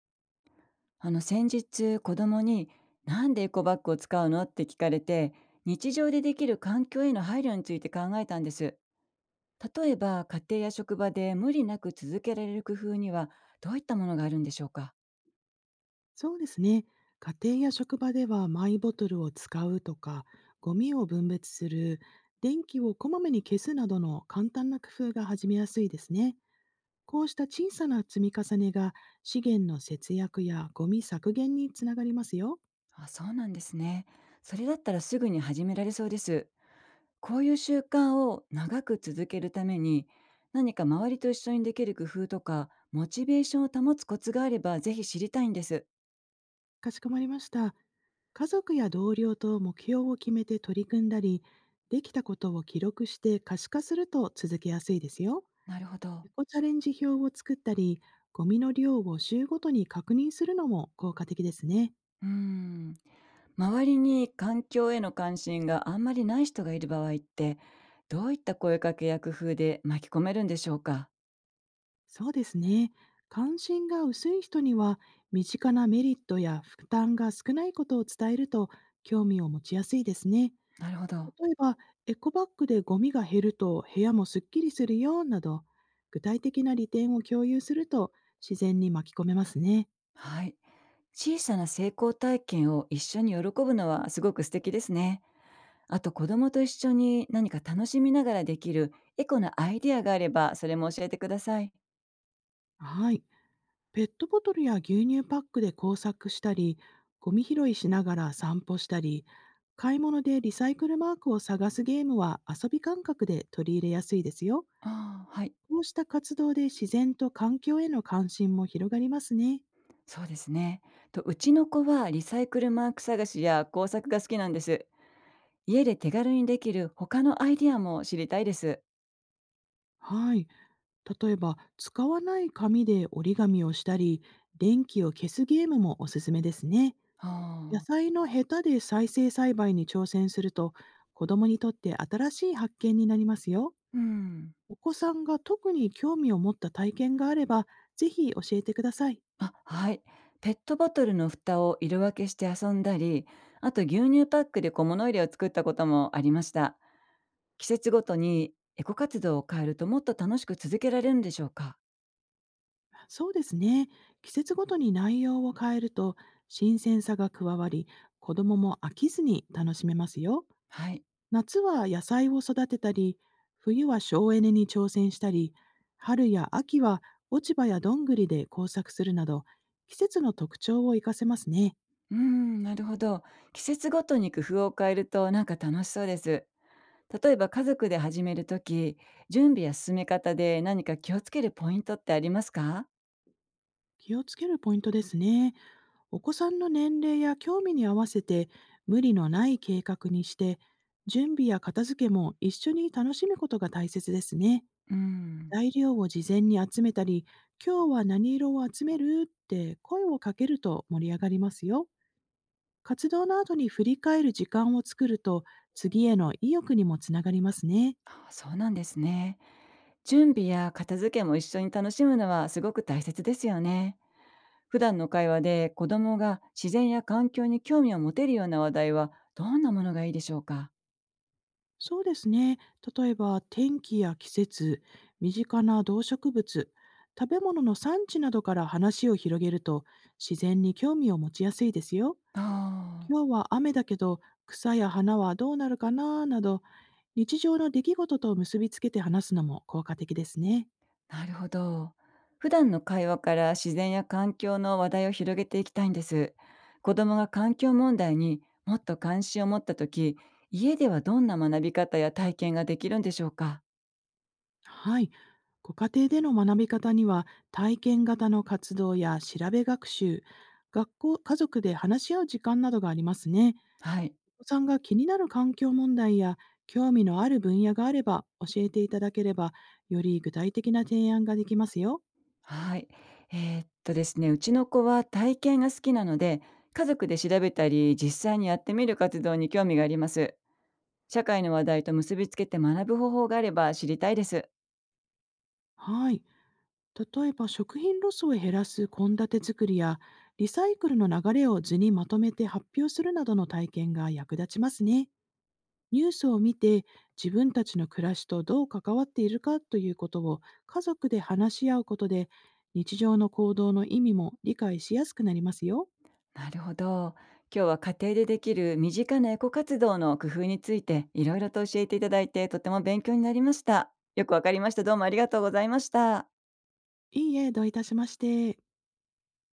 先日子供に「なんでエコバッグを使うの?」って聞かれて、日常でできる環境への配慮について考えたんです。例えば家庭や職場で無理なく続けられる工夫には、どういったものがあるんでしょうか？そうですね。家庭や職場ではマイボトルを使うとか、ゴミを分別する、電気をこまめに消すなどの簡単な工夫が始めやすいですね。こうした小さな積み重ねが資源の節約やゴミ削減につながりますよ。あ、そうなんですね。それだったらすぐに始められそうです。こういう習慣を長く続けるために、何か周りと一緒にできる工夫とか、モチベーションを保つコツがあればぜひ知りたいんです。かしこまりました。家族や同僚と目標を決めて取り組んだり、できたことを記録して可視化すると続けやすいですよ。なるほど。エコチャレンジ表を作ったり、ゴミの量を週ごとに確認するのも効果的ですね。うーん。周りに環境への関心があんまりない人がいる場合って、どういった声かけや工夫で巻き込めるんでしょうか？そうですね。関心が薄い人には、身近なメリットや負担が少ないことを伝えると、興味を持ちやすいですね。なるほど。例えば、エコバッグでゴミが減ると部屋もすっきりするよなど、具体的な利点を共有すると自然に巻き込めますね。はい。小さな成功体験を一緒に喜ぶのはすごく素敵ですね。あと、子供と一緒に何か楽しみながらできるエコなアイデアがあれば、それも教えてください。はい。ペットボトルや牛乳パックで工作したり、ゴミ拾いしながら散歩したり、買い物でリサイクルマークを探すゲームは遊び感覚で取り入れやすいですよ。ああ、はい。こうした活動で自然と環境への関心も広がりますね。そうですね。と、うちの子はリサイクルマーク探しや工作が好きなんです。家で手軽にできる他のアイディアも知りたいです。はい。例えば、使わない紙で折り紙をしたり、電気を消すゲームもおすすめですね。は野あ。菜のヘタで再生栽培に挑戦すると、子供にとって新しい発見になりますよ。うん。お子さんが特に興味を持った体験があれば、ぜひ教えてください。あ、はい。ペットボトルの蓋を色分けして遊んだり、あと牛乳パックで小物入れを作ったこともありました。季節ごとにエコ活動を変えると、もっと楽しく続けられるんでしょうか？そうですね。季節ごとに内容を変えると、新鮮さが加わり、子供も飽きずに楽しめますよ。はい。夏は野菜を育てたり、冬は省エネに挑戦したり、春や秋は落ち葉やどんぐりで工作するなど、季節の特徴を活かせますね。うーん、なるほど。季節ごとに工夫を変えると、なんか楽しそうです。例えば家族で始めるとき、準備や進め方で何か気をつけるポイントってありますか？気をつけるポイントですね。お子さんの年齢や興味に合わせて無理のない計画にして、準備や片付けも一緒に楽しむことが大切ですね。うん。材料を事前に集めたり、今日は何色を集めるって声をかけると盛り上がりますよ。活動の後に振り返る時間を作ると、次への意欲にもつながりますね。あ、そうなんですね。準備や片付けも一緒に楽しむのはすごく大切ですよね。普段の会話で子供が自然や環境に興味を持てるような話題は、どんなものがいいでしょうか？そうですね。例えば天気や季節、身近な動植物、食べ物の産地などから話を広げると、自然に興味を持ちやすいですよ。あ今日は雨だけど、草や花はどうなるかななど、日常の出来事と結びつけて話すのも効果的ですね。あ、なるほど。普段の会話から自然や環境の話題を広げていきたいんです。子供が環境問題にもっと関心を持った時、家ではどんな学び方や体験ができるんでしょうか？はい。ご家庭での学び方には、体験型の活動や調べ学習、学校、家族で話し合う時間などがありますね。はい。お子さんが気になる環境問題や興味のある分野があれば教えていただければ、より具体的な提案ができますよ。はい。ですね、うちの子は体験が好きなので、家族で調べたり、実際にやってみる活動に興味があります。社会の話題と結びつけて学ぶ方法があれば知りたいです。はい。例えば食品ロスを減らす献立作りや、リサイクルの流れを図にまとめて発表するなどの体験が役立ちますね。ニュースを見て、自分たちの暮らしとどう関わっているかということを家族で話し合うことで、日常の行動の意味も理解しやすくなりますよ。なるほど。今日は家庭でできる身近なエコ活動の工夫についていろいろと教えていただいて、とても勉強になりました。よくわかりました。どうもありがとうございました。いいえ、どういたしまして。